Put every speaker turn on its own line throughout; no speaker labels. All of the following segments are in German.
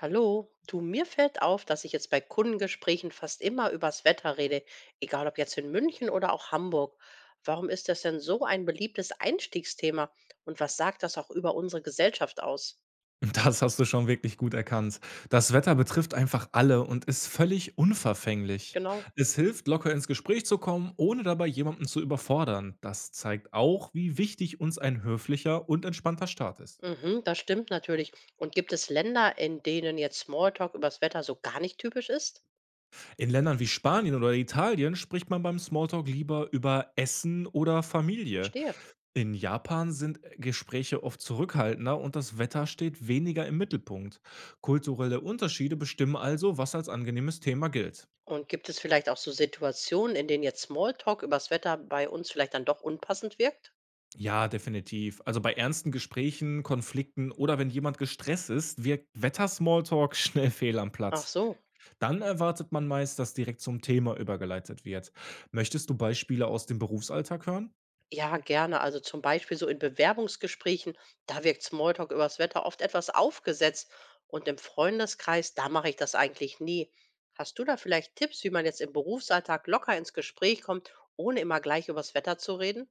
Hallo, du, mir fällt auf, dass ich jetzt bei Kundengesprächen fast immer übers Wetter rede, egal ob jetzt in München oder auch Hamburg. Warum ist das denn so ein beliebtes Einstiegsthema? Und was sagt das auch über unsere Gesellschaft aus?
Das hast du schon wirklich gut erkannt. Das Wetter betrifft einfach alle und ist völlig unverfänglich.
Genau.
Es hilft, locker ins Gespräch zu kommen, ohne dabei jemanden zu überfordern. Das zeigt auch, wie wichtig uns ein höflicher und entspannter Start ist.
Mhm, das stimmt natürlich. Und gibt es Länder, in denen jetzt Smalltalk übers Wetter so gar nicht typisch ist?
In Ländern wie Spanien oder Italien spricht man beim Smalltalk lieber über Essen oder Familie.
Verstehe.
In Japan sind Gespräche oft zurückhaltender und das Wetter steht weniger im Mittelpunkt. Kulturelle Unterschiede bestimmen also, was als angenehmes Thema gilt.
Und gibt es vielleicht auch so Situationen, in denen jetzt Smalltalk übers Wetter bei uns vielleicht dann doch unpassend wirkt?
Ja, definitiv. Also bei ernsten Gesprächen, Konflikten oder wenn jemand gestresst ist, wirkt Wetter-Smalltalk schnell fehl am
Ach
Platz.
so.
Dann erwartet man meist, dass direkt zum Thema übergeleitet wird. Möchtest du Beispiele aus dem Berufsalltag hören?
Ja, gerne. Also zum Beispiel so in Bewerbungsgesprächen, da wirkt Smalltalk übers Wetter oft etwas aufgesetzt. Und im Freundeskreis, da mache ich das eigentlich nie. Hast du da vielleicht Tipps, wie man jetzt im Berufsalltag locker ins Gespräch kommt, ohne immer gleich übers Wetter zu reden?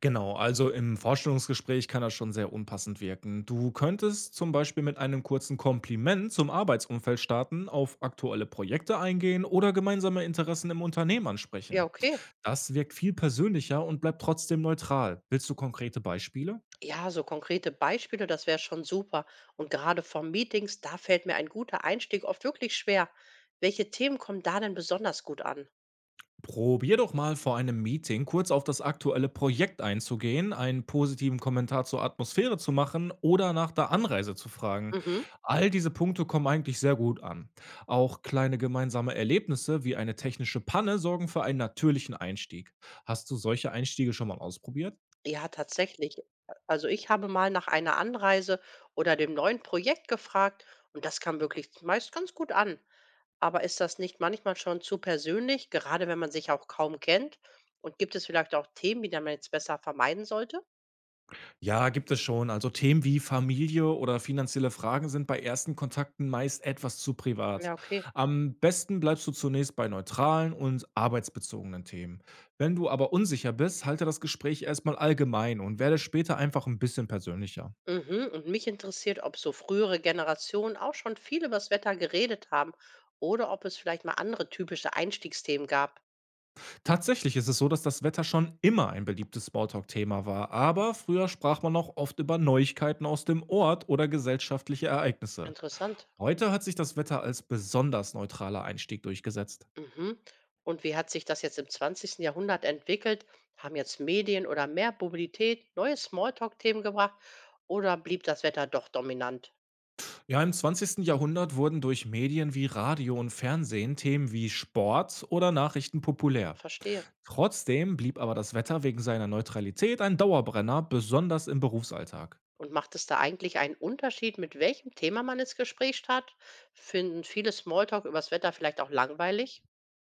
Genau, also im Vorstellungsgespräch kann das schon sehr unpassend wirken. Du könntest zum Beispiel mit einem kurzen Kompliment zum Arbeitsumfeld starten, auf aktuelle Projekte eingehen oder gemeinsame Interessen im Unternehmen
Ja,
ansprechen.
okay.
Das wirkt viel persönlicher und bleibt trotzdem neutral. Willst du konkrete Beispiele?
Ja, so konkrete Beispiele, das wäre schon super. Und gerade vor Meetings, da fällt mir ein guter Einstieg oft wirklich schwer. Welche Themen kommen da denn besonders gut an?
Probier doch mal vor einem Meeting kurz auf das aktuelle Projekt einzugehen, einen positiven Kommentar zur Atmosphäre zu machen oder nach der Anreise zu fragen.
Mhm.
All diese Punkte kommen eigentlich sehr gut an. Auch kleine gemeinsame Erlebnisse wie eine technische Panne sorgen für einen natürlichen Einstieg. Hast du solche Einstiege schon mal ausprobiert?
Ja, tatsächlich. Also, ich habe mal nach einer Anreise oder dem neuen Projekt gefragt und das kam wirklich meist ganz gut an. Aber ist das nicht manchmal schon zu persönlich, gerade wenn man sich auch kaum kennt? Und gibt es vielleicht auch Themen, die man jetzt besser vermeiden sollte?
Ja, gibt es schon. Also Themen wie Familie oder finanzielle Fragen sind bei ersten Kontakten meist etwas zu privat.
Ja, okay.
Am besten bleibst du zunächst bei neutralen und arbeitsbezogenen Themen. Wenn du aber unsicher bist, halte das Gespräch erstmal allgemein und werde später einfach ein bisschen persönlicher.
Mhm. Und mich interessiert, ob so frühere Generationen auch schon viel über das Wetter geredet haben oder ob es vielleicht mal andere typische Einstiegsthemen gab.
Tatsächlich ist es so, dass das Wetter schon immer ein beliebtes Smalltalk-Thema war, aber früher sprach man noch oft über Neuigkeiten aus dem Ort oder gesellschaftliche Ereignisse.
Interessant.
Heute hat sich das Wetter als besonders neutraler Einstieg durchgesetzt.
Mhm. Und wie hat sich das jetzt im 20. Jahrhundert entwickelt? Haben jetzt Medien oder mehr Mobilität neue Smalltalk-Themen gebracht oder blieb das Wetter doch dominant?
Ja, im zwanzigsten Jahrhundert wurden durch Medien wie Radio und Fernsehen Themen wie Sport oder Nachrichten populär.
Verstehe.
Trotzdem blieb aber das Wetter wegen seiner Neutralität ein Dauerbrenner, besonders im Berufsalltag.
Und macht es da eigentlich einen Unterschied, mit welchem Thema man ins Gespräch startet? Finden viele Smalltalk übers Wetter vielleicht auch langweilig?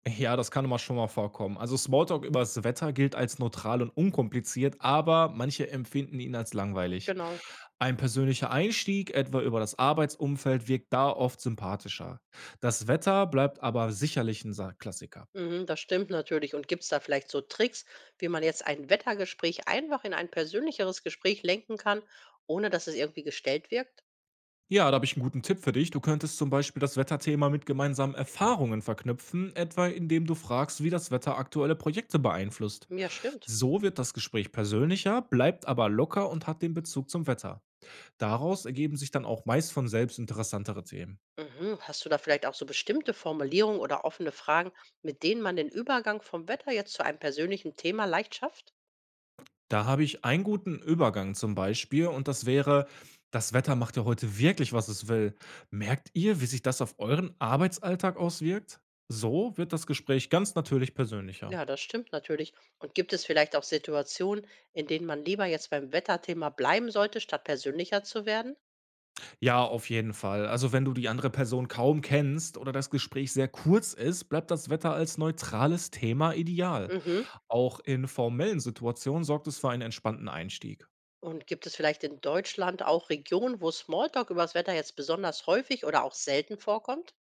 Ja, das kann immer schon mal vorkommen. Also Smalltalk über das Wetter gilt als neutral und unkompliziert, aber manche empfinden ihn als langweilig.
Genau.
Ein persönlicher Einstieg, etwa über das Arbeitsumfeld, wirkt da oft sympathischer. Das Wetter bleibt aber sicherlich ein Klassiker.
Mhm, das stimmt natürlich. Und gibt es da vielleicht so Tricks, wie man jetzt ein Wettergespräch einfach in ein persönlicheres Gespräch lenken kann, ohne dass es irgendwie gestellt wirkt?
Ja, da habe ich einen guten Tipp für dich. Du könntest zum Beispiel das Wetterthema mit gemeinsamen Erfahrungen verknüpfen, etwa indem du fragst, wie das Wetter aktuelle Projekte beeinflusst.
Ja, stimmt.
So wird das Gespräch persönlicher, bleibt aber locker und hat den Bezug zum Wetter. Daraus ergeben sich dann auch meist von selbst interessantere Themen.
Mhm. Hast du da vielleicht auch so bestimmte Formulierungen oder offene Fragen, mit denen man den Übergang vom Wetter jetzt zu einem persönlichen Thema leicht schafft?
Da habe ich einen guten Übergang zum Beispiel und das wäre: „Das Wetter macht ja heute wirklich, was es will. Merkt ihr, wie sich das auf euren Arbeitsalltag auswirkt?“ So wird das Gespräch ganz natürlich persönlicher.
Ja, das stimmt natürlich. Und gibt es vielleicht auch Situationen, in denen man lieber jetzt beim Wetterthema bleiben sollte, statt persönlicher zu werden?
Ja, auf jeden Fall. Also, wenn du die andere Person kaum kennst oder das Gespräch sehr kurz ist, bleibt das Wetter als neutrales Thema ideal.
Mhm.
Auch in formellen Situationen sorgt es für einen entspannten Einstieg.
Und gibt es vielleicht in Deutschland auch Regionen, wo Smalltalk über das Wetter jetzt besonders häufig oder auch selten vorkommt?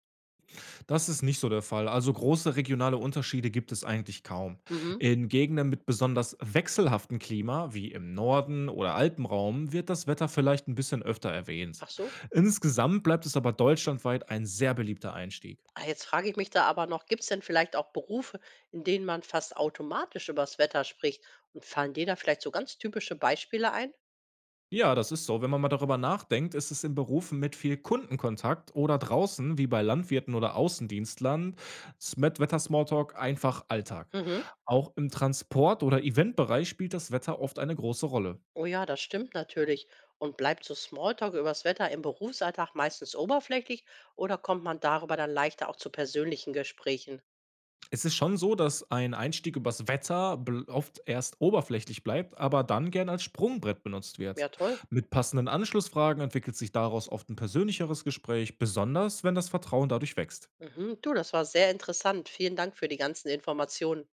Das ist nicht so der Fall. Also, große regionale Unterschiede gibt es eigentlich kaum.
Mhm.
In Gegenden mit besonders wechselhaftem Klima, wie im Norden oder Alpenraum, wird das Wetter vielleicht ein bisschen öfter erwähnt.
Ach so.
Insgesamt bleibt es aber deutschlandweit ein sehr beliebter Einstieg.
Ah, jetzt frage ich mich da aber noch, gibt es denn vielleicht auch Berufe, in denen man fast automatisch übers Wetter spricht? Und fallen dir da vielleicht so ganz typische Beispiele ein?
Ja, das ist so. Wenn man mal darüber nachdenkt, ist es in Berufen mit viel Kundenkontakt oder draußen, wie bei Landwirten oder Außendienstlern, mit Wetter-Smalltalk einfach Alltag.
Mhm.
Auch im Transport- oder Eventbereich spielt das Wetter oft eine große Rolle.
Oh ja, das stimmt natürlich. Und bleibt so Smalltalk übers Wetter im Berufsalltag meistens oberflächlich oder kommt man darüber dann leichter auch zu persönlichen Gesprächen?
Es ist schon so, dass ein Einstieg übers Wetter oft erst oberflächlich bleibt, aber dann gern als Sprungbrett benutzt wird.
Ja, toll.
Mit passenden Anschlussfragen entwickelt sich daraus oft ein persönlicheres Gespräch, besonders wenn das Vertrauen dadurch wächst.
Mhm. Du, das war sehr interessant. Vielen Dank für die ganzen Informationen.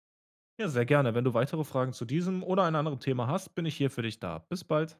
Ja, sehr gerne. Wenn du weitere Fragen zu diesem oder einem anderen Thema hast, bin ich hier für dich da. Bis bald.